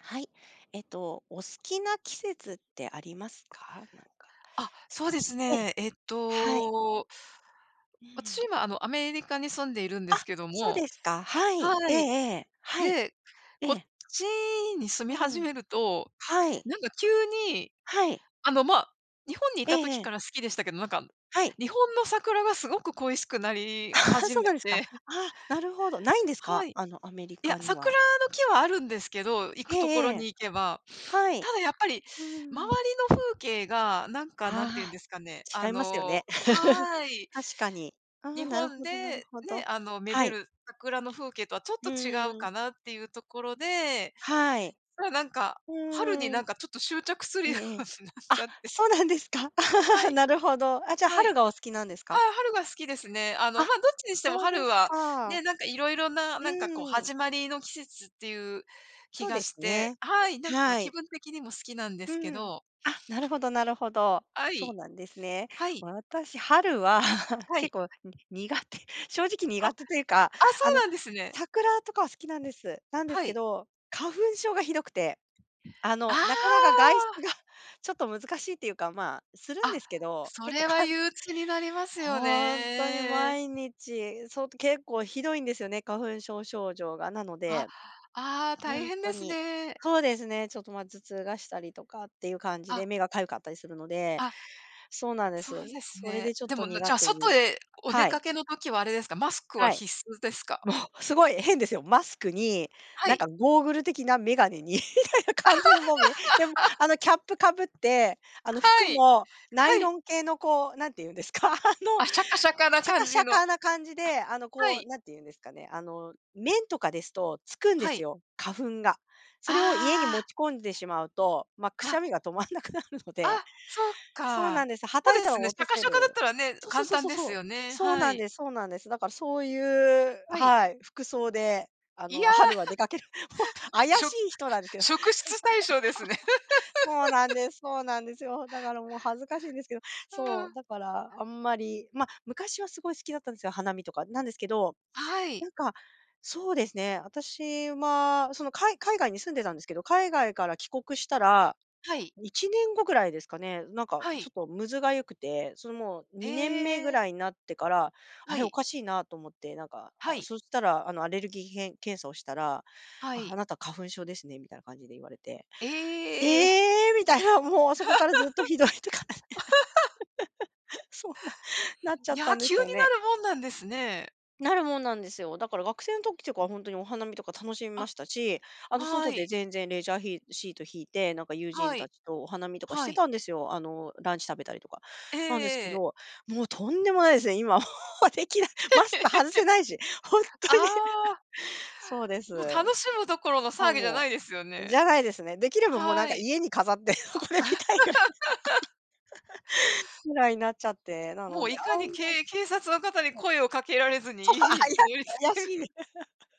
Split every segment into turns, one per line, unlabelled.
はい。お好きな季節ってありますか？
あ、そうです
ええ、
ね。
はい。う
私
ん。
今、アメリカに住んでいるんで
あ、
すけど
そう
も、
ですか。はい。
は
ええ
い。
ええ。はい。
で、こ
え
っ
え。
ちに住
う
み始
ん。
めると、
はい。
急に、
はい。
あの、ま、あ、日本にい
え
た
え
時
ええ。
から好きでしたけど、
はい。
日本の桜がすごく恋しくな り
あ、
始
そう
め
なんですか。
て
あ、なるほど。ないんです
は
か？
い。
アメリ
いや、
カに
桜
は。
の木はあるんですけど、行
ええ
くと
え
ころ
え。
に行けば。
はい。
ただやっぱり、
うん。
周りの風景が、なんて言うん
あ
ですかね、
あ、違いますよね。
はい。
確かに。ああ、
日
なる
本
ほ
で、
どなるほ
ね、
ど。
め
は
で
い。
る桜の風景とはちょっ
う
と違う
ーん。
かなっていうところで、
はい。
ただ
う
春に
ーん。
ちょっと執着する
え
よ
えええ。
うになっち
あ、
ゃって。
そうなんですか。
は い、
なるほど。あ、じゃあ、
は
春
い。
がお好きなんです
は
か？
い、春が好きですね。
あ、
どっちにしても
そうで
春
す
は、
か。
ね、いろいろな、こう
うん。
始まりの季節っていう気
そう
が
です
して、
ね。
はい、
は
気
い。
分的にも好きなんですけ
うん。
ど、
あ、なるほどなるほど。
は
そう
い、
なんですね。
はい、
私、春は
は
結
い。
構に苦手 正直
あ、あ、
苦手というか、
そ
あ
う
の、
なんですね。
桜とかは好きなんです。なんです
は
け
い。
ど、花粉症がひどくて、
あ
なかなか外出
あ。
が ちょっと難しいっていうか、まあ、するん
あ、
ですけど、
そ
結構
れは
か、
憂鬱になりますよ
ほんとに
ね。
毎日、そう、結構ひどいんですよね、花粉症症状が。なので、
あ、ああ、
ほ
大
ん
変
と
です
に、
ね。
そうですね、ちょっと、ま、頭痛がしたりとかっていう感じで、
あ、
目が痒かったりするので、
あ、
そうなんで
そ
す。
うです
それ
ね。
でちょっ
で
と
も、じ
苦
ゃあ、
手
外
に、
へお出
はい、
かけの時はあれですか、マスクは
はい。
必須ですか？
もうすごい変ですよ。マスクに、
は
なんか
い。
ゴーグル的な眼鏡に みたいな完全もみ。でも、キャップかぶって、服
はい。
もナイ
は
ロ
い。
ン系のこう、何て言うんですか、あの、
あ、シャカシャカな
シャカ
感
シ
じ
ャ
の。
カな感じで、
は
こう、
い。
なんて言うんですかね、麺とかですとつくんで
は
す
い。
よ、花粉が。それを家に
あ
持ち込んでしまうと、ま、く
あ、
し
あ、
ゃみが止まんなくなるの
あ、
で、
そっ
そうなん
か。
です。はた
そ
い
うで
たら
すね、シ
落と
ャ
せ
カシャカだっ
る。
たらね、
そうそう
簡
そう
単
そう
で
そ
す
う。
よね。
そう
は
なん
い。
ですそうなんです。だからそういう、
はい。
はい、服装で、
いや、
春は出かける。怪
しょ
しい人なんですけど、
職 質対象ですね。
そうなんですそうなんですよ。だからもう恥ずかしいんですけど、
う
そう、
ん。
だからあんまり、ま、昔はすごい好きだったんですよ、花見とか。なんですけど、
は
な
い。
んか、そうですね。私は、その、海外に住んでたんですけど、海外から帰国したら、
はい。
1年後ぐらいですかね、なんか、
は
ちょっ
い。
とむずがゆくて、その、もう
え
2年目ぐ
え。
らいになってから、あ
は
れ、お
い。
かしいなと思って、なんか、
は
あ、
い。
そしたら、アレルギー検査をしたら、
は
あ、あ
い。
なた花粉症ですねみたいな感じで言われて、
え
え
え。
ーみたいな、もうそこからずっとひどいって感じ、そんな、なっちゃ
い
った
や、
んで
急
す
に
よ
な
ね。
るもんなんですね。
なるもんなんですよ。だから学生の時とかは本当にお花見とか楽しみま
あ、
したし、
は
外で
い。
全然レジャーヒシート引いて、なんか友人
は
た
い。
ちとお花見とかし
は
て
い。
たんですよ。ランチ食べたりとか。
え
なんですけ
え
ど、もうとんでもないですね、今もう できない。マスク外 せないし、本当に。
ああ、
そうです。
もう楽しむどころの
あ、
騒ぎじゃな
も
いですよ
う、
ね。
じゃないですね。できればもうなん
は
か
い。
家に飾って これ見たいぐらい ぐらいになっちゃって、な
も
の
う
で、
いか
あんま
に
り、
警察の方に
そう、
声をかけられず
そう、
に家
あ
にたどり着
や、怪
け
し
る。
いです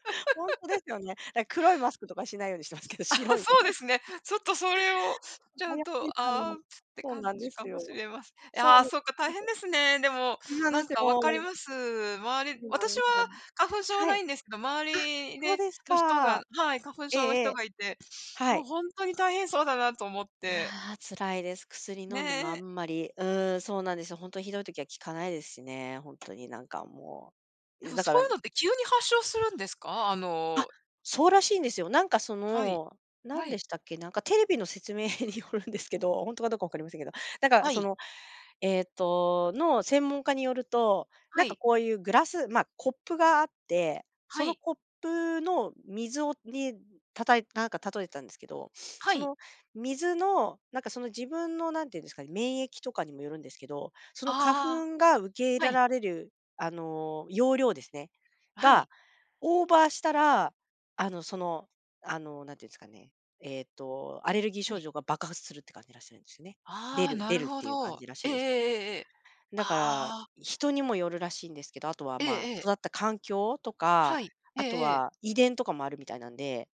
本当ですよね。だ、黒いマスクとかしないようにしてますけど、
あ、
白い
そうで
の。
すね。ちょっとそれを、ちゃ
早
ん
い
と、
から、
ああ、って
そう
感
なんで
じ
す
かも
よ。
しれません。い
そう
や、
なんで
そうか、大
す
変
よ。
ですね。でも、
そうなんです
わかり
よ。
ます。
そうなんで
私は
すよ。
花粉症
は
な
い。
いんですけど、周
あ、
り
そう
で
です
人が
か。
はい、花粉
ええ
症の
え
人
え、
がいて、
は
もう
い。
ほんとに大変そうだなと思っ
いや、
て。
辛いです。薬
ね
飲んでもあ
え。
んまり、うーん、そうなんですよ。ほんとひどい時は効かないですしね、ほんとになんかもう。
で
い
も
だ
そ
か
う
ら、
いうのって急に発症するんですか？あ
あ、
の。
そうらしいんですよ。なんかそ
はい。
の、
は
何で
い。
したっけ、なんかテレビの説明によるんですけど、ほんとかどうか分かりませんけど、なんか
は
そ
い。
の、の専門家によると、
は
なんか
い。
こういうグラス、まあ、コップがあって、
は
その
い。
コップの水をに、たたいなんか例えてたんですけど、
は
そ
い。
の水の、なんかその自分のなんていうんですかね、免疫とかにもよるんですけど、その花
ああ、
粉が受け入
は
れ
い。
られる、容量ですね、
はい。
がオーバーしたら、あの、その、なんていうんですかね、アレルギー
は
症
い。
状が爆発するって感じらしいんですよね。出
ああ、
る
な
出る
る
っ
ほ
ていう感
ど。
じらしい
ええ
ん
え
ですよ。
えええ。
だから、
ああ、
人にもよるらしいんですけど、あとは、
ええ
まあ、
ええ。
育った環境とか、
はい。え
あ
え
と
ええ。
は遺伝とかもあるみたいなんで、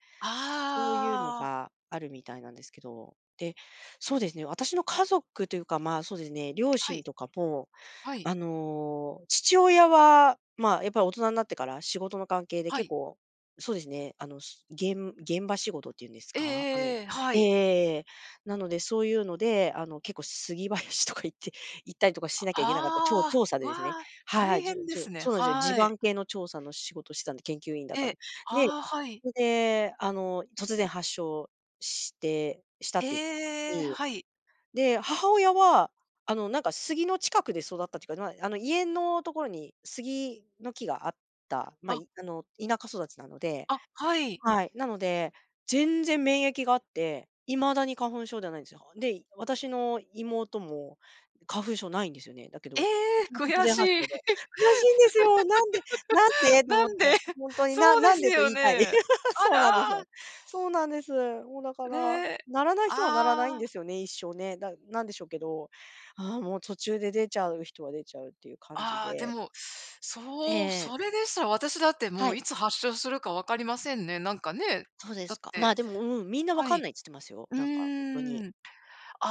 そういうの
ああ、
があるみたいなんですけど、で、そうですね、私の家族というか、まあ、そうですね、両
は
親
い、
とかも、
はい、
父親は、まあ、やっぱり大人になってから仕事の関係で
は
結
い。
構、そうですね、すげん現場仕事っていうんです
ええええ
か？あの、
ええ、はい。
ええ、なので、そういうので、結構杉林とか行って 行ったりとかしなきゃいけなかった、ち
あ
調査で
あ、わ
ですね。
あ、
はいは
大
い、じゅ
変で
じ
す
ゅ
ね。
そうなんですよ。地
はい。
盤系の調査の仕事してたんで、研究員だった
え
んで。
え。
で、
ああ、はい。
それで、突然発症してしたっていう、
ええ、はい。
で、母親は、なんか杉の近くで育ったっていうか、まあ、家のところに杉の木があった、まあ、
あ、
い、田舎育ちなので、
あ、はい。
はい。なので、全然免疫があって、未だに花粉症ではないんですよ。で、私の妹も花粉症ないんですよね。だけ
え
ど、
え、
私も突
悔
然
し
発症で。
い。
悔しいんですよ。なんでなんで と
な
思っ
んで。
て、本当 に、な、
そうで
なん
す
でと
よ
言いたい。
ね。あ
そうなんです
ら、
よ。そうなんです。もうだから、
ね。
ならない人はならないん
あ
で
あ。
すよね、一生ね。だなんでしょうけど、ああ、もう途中で出ちゃう人は出ちゃうっていう感じ
ああ、で
で。
も、
え
そう、
え。
それでしたら私だっても
は
う
い。
いつ発症するか分かりませんね。
そうで
だ
す
っ
か。ま
て、
あ、でも、うん、みんなわ
は
かん
い。
ないっつってますよ。
う
なんか本当に。
ーん。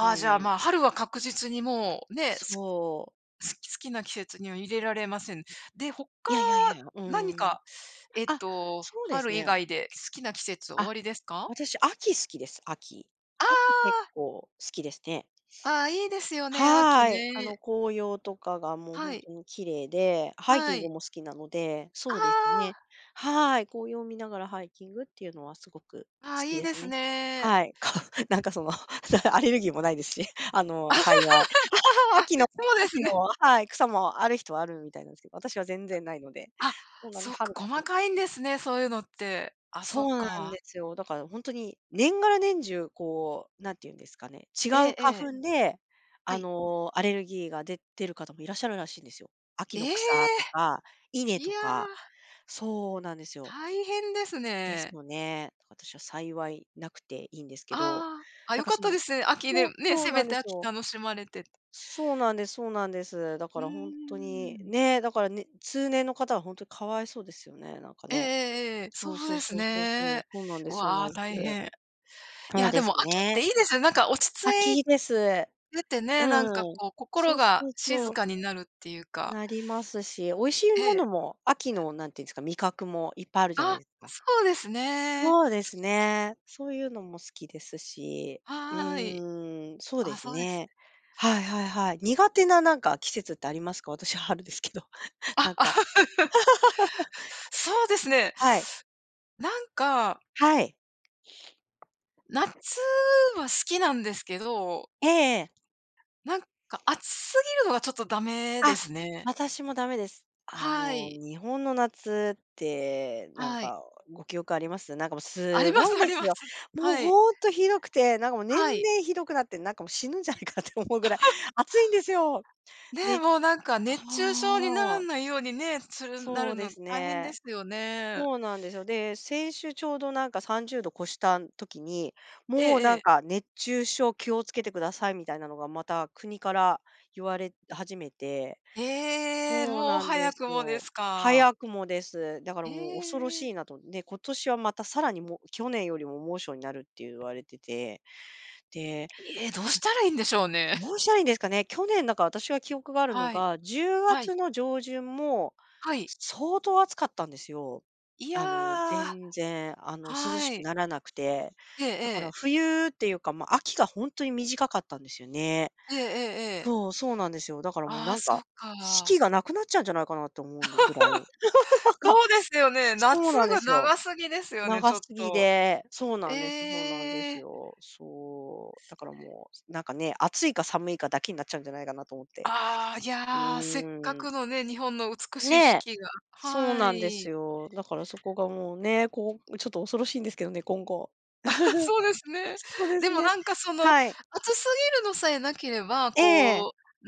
う
あ、じゃあ、
ん、
まあ、春は確実にもうね、
そう。
好きな季節には入れられません。で、他、
いやいやいや、う
何
ん。
か、
あ、そうです
春以
ね。
外で好きな季節終わ
あ、
りですか？
私、秋好きです、秋。秋結
あ
構好きですね。
あ、ああ、いいですよね、
は
秋
ーい。
ね。
紅葉とかがもう
は
本当
い、
に綺麗で、ハイキ
は
ング
い。
も好きなので、そうですね。
あ
はーい。紅葉を見ながらハイキングっていうのはすごく
あ、ああ、
好き
いい
で
で
す
す
ね。
ね。
はい。か なんかその、アレルギーもないですし、幸い。秋の
そうです
秋の
ね。
はい、草もある人はあるみたいなんですけど、私は全然ないので、
あ、
そうなんで、
そっ
春だ
か、
け
細
ね、
かいんですね、そういうのって。あ、そ
そ
っ
うなんで
か。
すよ。だから本当に年がら年中、こう、なんて言うんですかね、違
え
う
えええ。
花粉で、
はい。
アレルギーが出てる方もいらっしゃるらしいんですよ。秋の
え
草
え！
とか、稲
い
と
や、
か。そうなんですよ。
大変です
です
ね。
よね。私は幸いなくていいんですけど、
ああ、あ、
なん
良
か
かっ
そ
た
の、
ですね。秋
そ
で
う、
ね、
そう
せ
な
め
んで
て
す
秋
よ。
楽しまれて。
そうなんですそうなんです。だか
うー
ら本当に、
ん。
ね、だからね、通年の方は本当にかわいそうですよね、なんか
ええ
ね。
ええええ、そ
そう
う
そう
です
そうそうそう。
ね。
そうなんですそうな
わあ、
んです。
大変。い
そう
や、
で
で
す
も秋っ
ね。
ていいですよ。落ち着い
秋です。
てて
う
ね、
ん。
こう、
そ
心
うそ
が
う
静
そう、
かになるっていうか。
なりますし、美味しい
え
もの
え。
も、秋のなんていうんですか、味覚もいっぱいあるじゃない
あ、
ですか。
そうですね。
そうですね。そういうのも好きですし、う
はい。
ーん、そうで
あ、
す
そうです。
ね。はいはいはい。苦手ななんか季節ってありますか？私は春ですけど。なんか
あ、そうですね。
はい、
なんか、
はい。
夏は好きなんですけど、
えええ。
なん暑すぎるのがちょっとダメで
あ、
すね。
私もダメです。
はい。
日本の夏って、
はい。
ご記憶あります？なんかもう
あり
す
ま
ごい
す
ん
あ
で
り
す
ま
よ。
す。
もう
はい。
ほんとひどくて、なんかもう年
はい。
々ひどくなって、なんかもう死ぬんじゃないかって思うぐらい暑いんですよ。
ね、
で、
もう
そ
熱中症になら
う、
ないようにね、するな
そ
る
うで
の
す
大変で
ね。
すよね。
そうなんですよ。で、先週ちょうどなんか30度超した時に、
え
もう
ええ
なん
え。
か熱中症気をつけてくださいみたいなのがまた国から言われ始めて、
ええ、
そう
もう
なんで
早
す
くもで
よ。
すか。
早くもです。だから
え
もう恐ろし
ええ
いなと。で、今年はまたさらにもう去年よりも猛暑になるって言われてて、で、
え。どうしたらいいんでしょうね。
ど うしたらいいんですかね。去年だから私が記憶があるの
はい。
が、10
はい。
月の上旬も
はい。
相当暑かったんですよ。
いやー、
全然、涼し
は
く
い。
ならなくて。
ええ
だから
ええ。
冬っていうか、まあ、秋が本当に短かったんですよね。
ええええええ。
そう、そうなんですよ。だからもう
あ
な
あ、
ん
そ
か、
っ
四
か。
季がなくなっちゃうんじゃないかなと思うんでぐらい。
そうですよね。
そう
夏
なんで
が
すよ。
長すぎですよね、ち
長
ょ
す
っ
ぎ
と。
で、そうなんですそうなんで
え
す
え。
よ。そう、だからもう、なんかね、暑いか寒いかだけになっちゃうんじゃないかなと思って。
ああ、い
う
や、せっか
ーん。
くのね、日本の美
ね
しい四
え、
季が
そう
は
なんです
い。
よ。だからそこがもうね、こう、ちょっと恐ろしいんですけどね、今後。
そうです ね。
そうで
で
す
も
ね。はい。
暑すぎるのさえなければ、
ええ。
こう、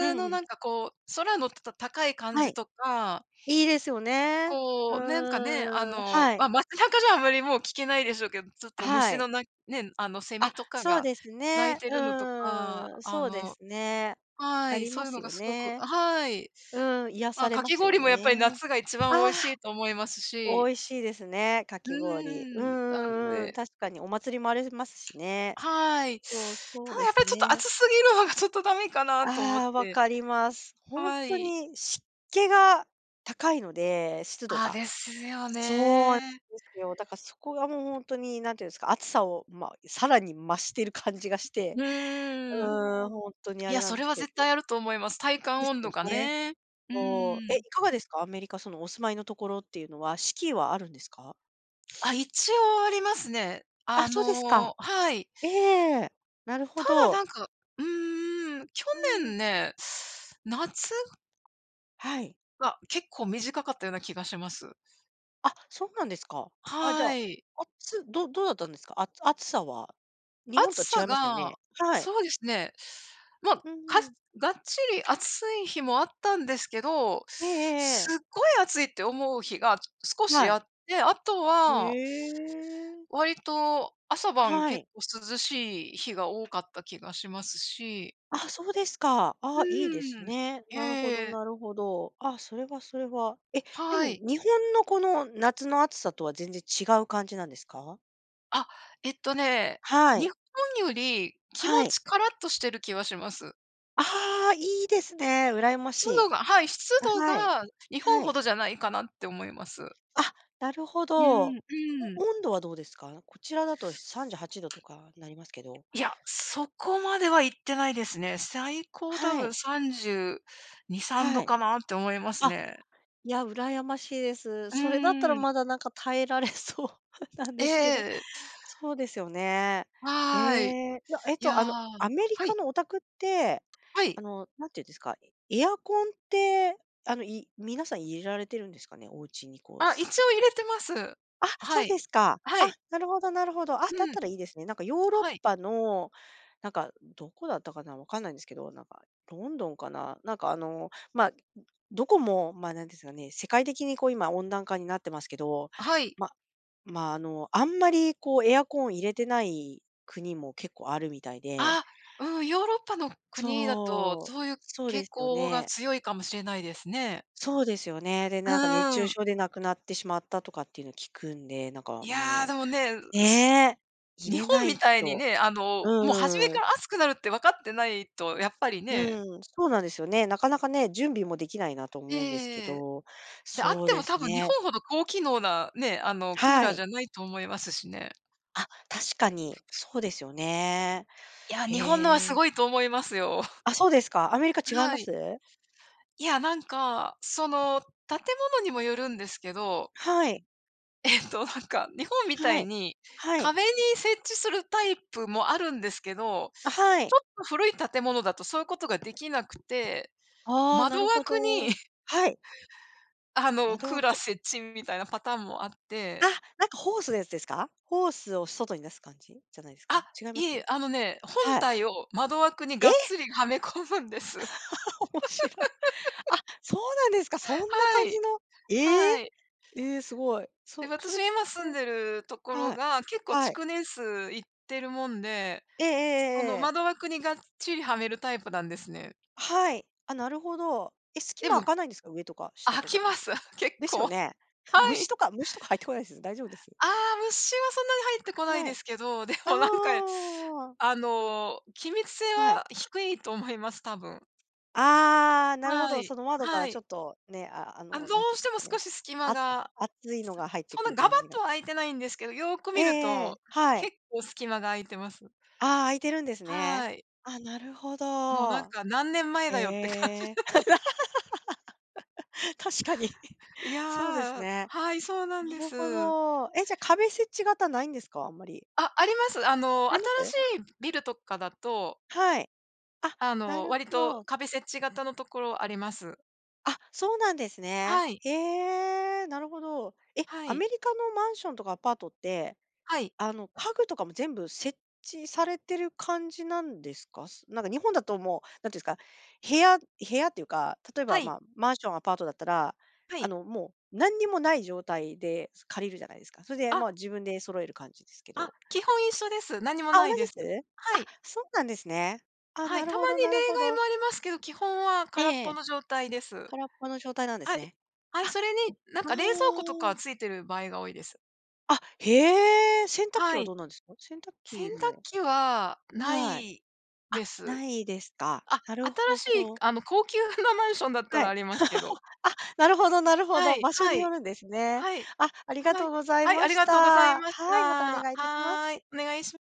うん
の
うん。
こう、空の高い感
は
じ
い。
とか、
いいですよね。う
こう、あ
ーん、
の、
は
まあ、
い。
街中じゃあまりもう聞けないでしょうけど、ちょっと
は
虫
い。
のね、セ
あ、
ミとか
そう
が
です
鳴い
ね。
て
う
るのとか、
ーん、
あ
そうで
の
すね。
は
あ
い、
り
そ
ま
ういう
す
の
よ
がすごく
ね。
はい。
うん、癒
ま
さ
あ、
れ
か
ま
き
すよ
氷もやっぱり
ね。
夏が一番
あ
美
あ、
味しいと思いますし、
美味しいですね、か
う
き氷。うん
ーん、なの
うんうん、
で
確かにお祭りもありますしね。
はい。
そう、そ
た
う
だ
で
やっぱ
す
りちょっと暑
ね。
すぎるのがちょっとダメかなと思っ
ああ、わ
て、
かります。本
は
当
い。
に湿気が高いので、湿度
ああ、
が。
ですよ
そうなん
ね。
ですよ。だからそこがもう本当ににんていうんですか、暑さを、まあ、さらに増している感じがして、
うーん。
うん、本当にあ
い
れ
や、
なん
そ
で
れ
す
は
け
絶
ど。
対あると思います。体
で
感
す
温
よ
度が
ね。
ね。うー
そう。え、
ん。
いかがですか？アメリカ、そのお住まいのところっていうのは、四季はあるんですか？
あ、一応ありますね。
あ、
あ
そうですか。
のはい。
ええ、なるほ
ただ
ど。
うーん、去
うん、
年ね、夏
はい。
が結構短かったような気がします。
あ、そうなんですか。あ、じゃあ、
はい。
どうだったんですか？あ、暑さは、日本
暑
とは違
さ
いますよ
が、
ね？はい。
そうですね、まあ、
う
か
んうん。
がっちり暑い日もあったんですけど、
えええええ
す
え。
っごい暑いって思う日が少し
は
あ
い。
って、あとは
へえ。
割と朝晩
は
結
い。
構涼しい日が多かった気がしますし。
あ、そうですか。
う
あ、いいです
ーん。
ね。
え
なるほど
え、
なるほど。あ、それはそれは。え、でも
はい。
日本のこの夏の暑さとは全然違う感じなんですか？
あ、えっとね、
は
日
い、
本より気持
はい。
ちカラッとしてる気はします。
ああ、いいですね、羨まし
湿
い。
度がはい、湿度
はい。
が日本
は
ほ
い。
どじゃないかなって思います。
あ、なるほ
うん、
ど。
う
お
ん。
温度はどうですか？こちらだと38度とかなりますけど。
いや、そこまでは行ってないですね。最高多
は
分
い。
32、3
は
度
い。
かなって思います
あ、
ね。
いや、羨ましいです。
う
それだったら
ーん。
まだなんか耐えられそう なん
え
ですけど。
え、
そうですよね。え
はい。
え、いや
いやー、
アメリ
は
カ
い、
のお宅って、
はい。
なんていうんですか、エアコンって、皆さん入れられてるんですかね？お家にこう、
あ、一応入れてます。
あ、そ
は
うで
い。
すか。
は
あ、
い。
なるほどなるほど。あ、だっ
うん、
たらいいですね。なんかヨーロッ
はい。
パの、なんかどこだったかな、わかんないんですけど、なんかロンドンかな。なんかまあ、どこも、まあ、なんですかね、世界的にこう今温暖化になってますけど、
はい。
まあまあ、あんまりこうエアコン入れてない国も結構あるみたいで。
あ、うん、ヨーロッパの国だと、
そう、
そういう
そうで
傾
すよ
向が
ね。
強いかもしれないですね。
そうですよね。で、なんか熱中
うん。
症で亡くなってしまったとかっていうのを聞くんで、なんか
いやー、で
も
もね、
うねえ、入
日
れ
本
な
み
い
たいに
と。
ね、もう初め
うー
か
ん。
ら暑くなるって分かってないと、やっぱりね。
うん、そうなんですよね。なかなかね、準備もできないなと思うんですけ
ええ。
ど、
で、あっ
そう
て
で
も
す
多分日
ね。
本ほど高機能なね、クー
は
ラーじ
い。
ゃないと思いますしね。
あ、確かに、そうですよね。
いや、日本のは
へ
す
え。
ごいと思いますよ。
あ、そうですか。アメリカ 違いま
はい。
す？
いや、建物にもよるんですけど、
はい、
日本みた
は
い
い、
に
はい、
壁に設置するタイプもあるんですけど、
あ、は
ち
い。
ょっと古い建物だとそういうことができなくて、
ああ、な
窓
るほ
枠に
ど。はい、窓
クーラー
枠。
設置みたいなパターンもあっ
あ、
て、
なんかホースのやつですか？ホースを外に出す感じじゃないです
あ、
か？違いま
い
す？
え、あのね、本
はい。
体を窓枠に
え
がっ
え、
つりはめ込むんです。
面白い。あ、そうなんですか。そんな
は
感じ
い。
のええ。
はい。
ええ、すごい。
で、
そそ
私
れって
今住んでるところ
はい。
が、結構
はい。
築年数いってるもんで、
えええ
そ
え
の
え
窓
え
枠にがっちりはめるタイプなんですね。
はい。あ、なるほど。え、隙
で
間開
も、
かないんですか？上とか下
飽
とか
き
で
ま
す。
す、結
です
構。
よ
は
ね。虫
い。
とか虫とか入ってこないです？大丈夫です？
ああ、虫はそんなに入ってこないで
は
すけど、でも
い。ああああ。
あのー、気密性
はい。
は低いと思います、多分。
ああ、なるほ
は
ど。そ
い。
の窓から
は
ちょ
い。
っとね、
あ、どう
なんていうんで
し
す
ても
か
少
ね、
し隙間
あ
が、
熱いのが入って
そ
く
ん
る
なガバッ
感じが。
とは空いてないんですけど、よーく
ええ
見る
ええ。
と、
はい。
結構隙間が空いてます。
ああ、開いてるんですね。
はい。
あ、なるほ
もうなん
ど。
か何年前だよって感じ。
ええ、確かに。
い
そうです
やー、
ね。
はい、そうなん
な
で
るほ
す。
ど。え、じゃ、壁設置型ないんですか？あんまり。
あ、あります。あの、
あり
新
ます？
しいビルとかだと、
はい。あ、
あ
な
の、
る
割
ほ
と
ど。
壁設置型のところあります。
あ、そうなんですね。
はい、
ええ、なるほど。え、
は
ア
い、
メリカのマンションとかアパートって、
はい、
家具とかも全部設置されてる感じなんですか？なんか日本だともう、なんていうんですか、部屋っていうか、例え
は
ば、ま
い、
あ、マンション、アパートだったら、
はい。
もう何にもない状態で、借りるじゃないですか。それで、
あ、
まあ、自分で揃える感じですけ
あ、
ど。
基本一緒です。何も
あ、同
な
じ
いです。
です？
は
あ、
い、
そうなんですね。あ、
は
な
い、た
る
ま
ほど
に例
なるほ
外
ど。
もありますけど、基本は
え
空っ
ええ
ぽ
え。
の状態です。
空っぽの状態なんです
はい。
ね。
は
あ、
い、
あ
それになんか冷蔵庫とか
あ。
ついてる場合が多いです。
あ、へえ、洗濯機
は
はど
い。
うなんですか？洗濯
洗
機
濯
も
機はな
はい。
い
あ、
です。
ないですか。
あ、
なるほ
新しい
ど。
あの、高級なマンションだった
は
ら
い。
ありますけど。
あ、なるほどなるほ
は
ど。
い、
場所
は
によ
い、
るんですね。
はい。
あ、ありが
は
と
い。
うござい
はい、あ
ま
り
し
がとうござい
た。
まし
はい、またお
た。
願いいたしま
は
す。
い、お願いし